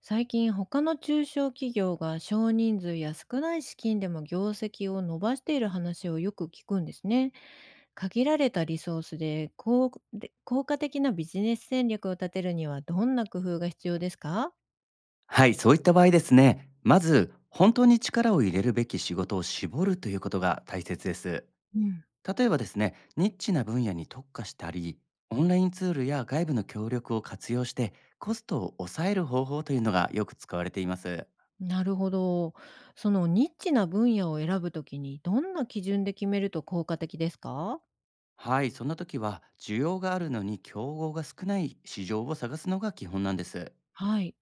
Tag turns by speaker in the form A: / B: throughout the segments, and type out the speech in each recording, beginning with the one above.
A: 最近他の中小企業が少人数や少ない資金でも業績を伸ばしている話をよく聞くんですね。限られたリソースで効果的なビジネス戦略を立てるにはどんな工夫が必要ですか？
B: はい、そういった場合ですね、まず本当に力を入れるべき仕事を絞るということが大切です。
A: うん、
B: 例えばですね、ニッチな分野に特化したり、オンラインツールや外部の協力を活用してコストを抑える方法というのがよく使われています。
A: なるほど。そのニッチな分野を選ぶときにどんな基準で決めると効果的ですか？
B: はい、そんな時は需要があるのに競合が少ない市場を探すのが基本なんです。
A: はい。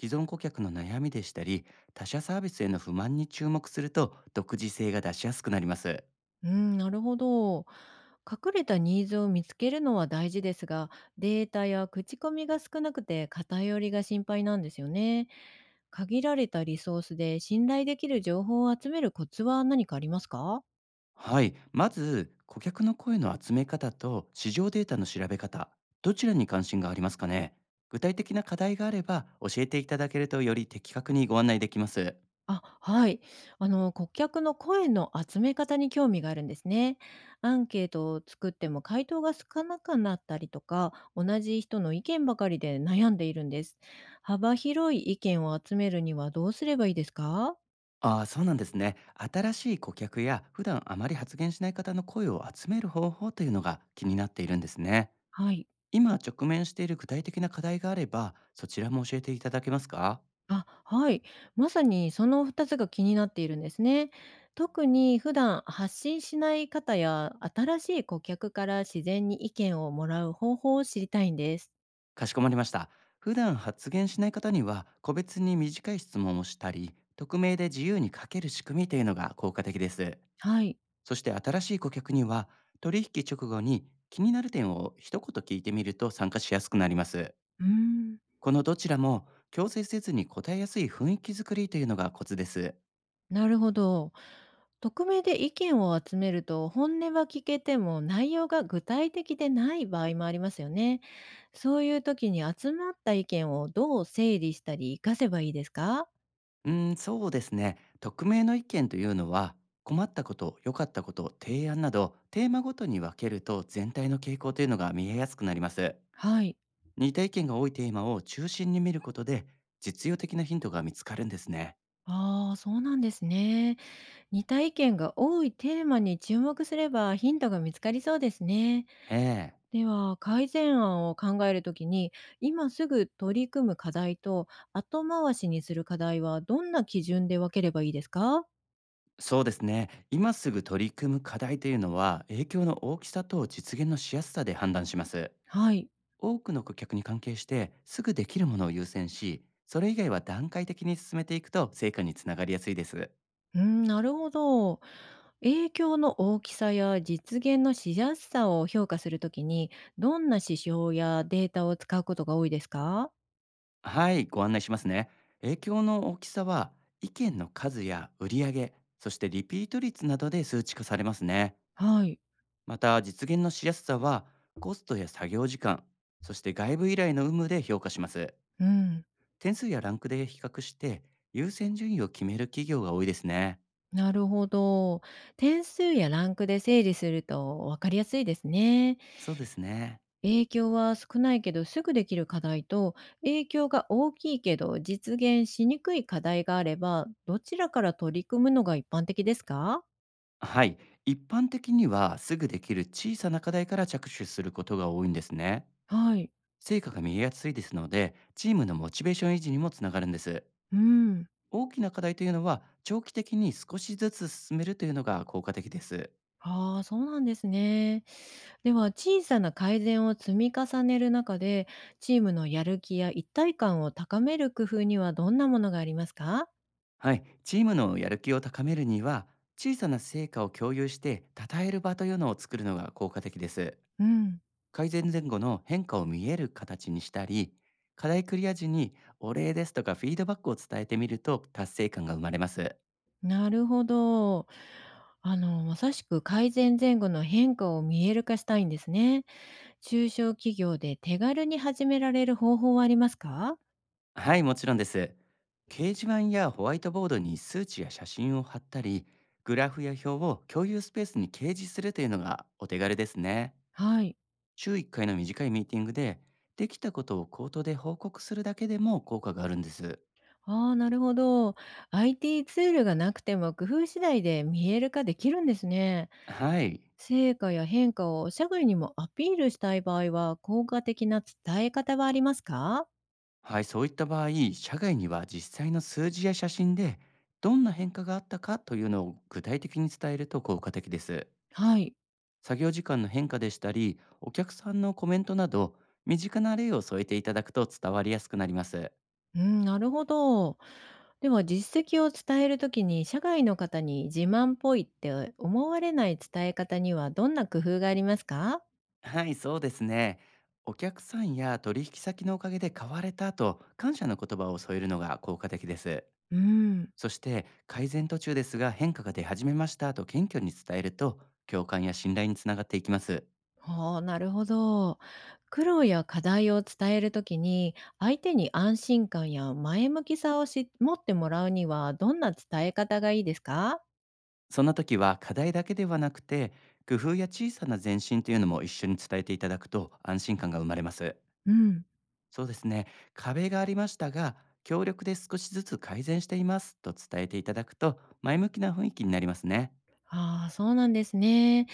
B: 既存顧客の悩みでしたり、他社サービスへの不満に注目すると独自性が出しやすくなります。
A: うーん、なるほど。隠れたニーズを見つけるのは大事ですが、データや口コミが少なくて偏りが心配なんですよね。限られたリソースで信頼できる情報を集めるコツは何かありますか？
B: はい。まず、顧客の声の集め方と市場データの調べ方、どちらに関心がありますかね？具体的な課題があれば教えていただけるとより的確にご案内できます。
A: あ、はい。あの、顧客の声の集め方に興味があるんですね。アンケートを作っても回答が少なくなったりとか、同じ人の意見ばかりで悩んでいるんです。幅広い意見を集めるにはどうすればいいですか？
B: ああ、そうなんですね。新しい顧客や普段あまり発言しない方の声を集める方法というのが気になっているんですね。
A: はい。
B: 今直面している具体的な課題があれば、そちらも教えていただけますか？
A: あ、はい。まさにその2つが気になっているんですね。特に普段発信しない方や新しい顧客から自然に意見をもらう方法を知りたいんです。
B: かしこまりました。普段発言しない方には、個別に短い質問をしたり、匿名で自由に書ける仕組みというのが効果的です。
A: はい。
B: そして新しい顧客には、取引直後に気になる点を一言聞いてみると参加しやすくなります。
A: うーん、
B: このどちらも強制せずに答えやすい雰囲気作りというのがコツです。
A: なるほど。匿名で意見を集めると本音は聞けても内容が具体的でない場合もありますよね。そういう時に集まった意見をどう整理したり活かせばいいですか？
B: うーん、そうですね。匿名の意見というのは、困ったこと、良かったこと、提案など、テーマごとに分けると全体の傾向というのが見えやすくなります。
A: はい。
B: 似た意見が多いテーマを中心に見ることで実用的なヒントが見つかるんですね。
A: ああ、そうなんですね。似た意見が多いテーマに注目すればヒントが見つかりそうですね。
B: ええ、
A: では改善案を考えるときに、今すぐ取り組む課題と後回しにする課題はどんな基準で分ければいいですか？
B: そうですね。今すぐ取り組む課題というのは影響の大きさと実現のしやすさで判断します。
A: はい。
B: 多くの顧客に関係してすぐできるものを優先し、それ以外は段階的に進めていくと成果につながりやすいです。
A: うん、なるほど。影響の大きさや実現のしやすさを評価するときに、どんな指標やデータを使うことが多いですか？
B: はい、ご案内しますね。影響の大きさは意見の数や売上、そしてリピート率などで数値化されますね。
A: はい。
B: また実現のしやすさはコストや作業時間、そして外部依頼の有無で評価します。
A: うん。
B: 点数やランクで比較して優先順位を決める企業が多いですね。
A: なるほど。点数やランクで整理すると分かりやすいですね。
B: そうですね。
A: 影響は少ないけどすぐできる課題と、影響が大きいけど実現しにくい課題があれば、どちらから取り組むのが一般的ですか？
B: はい、一般的にはすぐできる小さな課題から着手することが多いんですね。
A: はい。
B: 成果が見えやすいですので、チームのモチベーション維持にもつながるんです。
A: うん。
B: 大きな課題というのは長期的に少しずつ進めるというのが効果的です。
A: ああ、そうなんですね。では、小さな改善を積み重ねる中で、チームのやる気や一体感を高める工夫にはどんなものがありますか？
B: はい、チームのやる気を高めるには、小さな成果を共有して称える場というのを作るのが効果的です。
A: うん。
B: 改善前後の変化を見える形にしたり、課題クリア時にお礼ですとかフィードバックを伝えてみると達成感が生まれます。
A: なるほど。あの、まさしく改善前後の変化を見える化したいんですね。中小企業で手軽に始められる方法はありますか？
B: はい、もちろんです。掲示板やホワイトボードに数値や写真を貼ったり、グラフや表を共有スペースに掲示するというのがお手軽ですね。
A: はい。
B: 週1回の短いミーティングで、できたことを口頭で報告するだけでも効果があるんです。
A: ああ、なるほど。IT ツールがなくても工夫次第で見える化できるんですね。
B: はい。
A: 成果や変化を社外にもアピールしたい場合は効果的な伝え方はありますか？
B: はい、そういった場合、社外には実際の数字や写真で、どんな変化があったかというのを具体的に伝えると効果的です。
A: はい。
B: 作業時間の変化でしたり、お客さんのコメントなど、身近な例を添えていただくと伝わりやすくなります。
A: うん、なるほど。では実績を伝えるときに、社外の方に自慢っぽいって思われない伝え方にはどんな工夫がありますか？
B: はい、そうですね。お客さんや取引先のおかげで買われたと感謝の言葉を添えるのが効果的です。
A: うん、
B: そして改善途中ですが変化が出始めましたと謙虚に伝えると共感や信頼につながっていきます。
A: ほう、なるほど。苦労や課題を伝えるときに、相手に安心感や前向きさを持ってもらうにはどんな伝え方がいいですか？
B: そんな時は課題だけではなくて工夫や小さな前進というのも一緒に伝えていただくと安心感が生まれます。
A: うん。
B: そうですね。壁がありましたが協力で少しずつ改善していますと伝えていただくと前向きな雰囲気になりますね。
A: ああ、そうなんですね。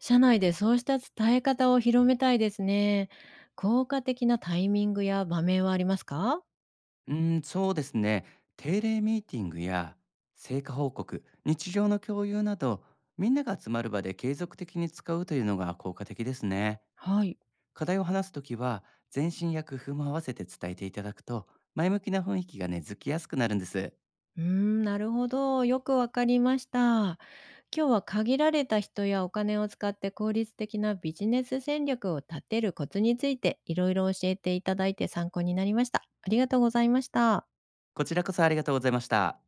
A: 社内でそうした伝え方を広めたいですね。効果的なタイミングや場面はありますか？
B: うーん、そうですね。定例ミーティングや成果報告、日常の共有など、みんなが集まる場で継続的に使うというのが効果的ですね。
A: はい。
B: 課題を話すときは、全身や工夫も合わせて伝えていただくと、前向きな雰囲気が根付きやすくなるんです。
A: うーん、なるほど。よくわかりました。今日は限られた人やお金を使って効率的なビジネス戦略を立てるコツについていろいろ教えていただいて参考になりました。ありがとうございました。
B: こちらこそありがとうございました。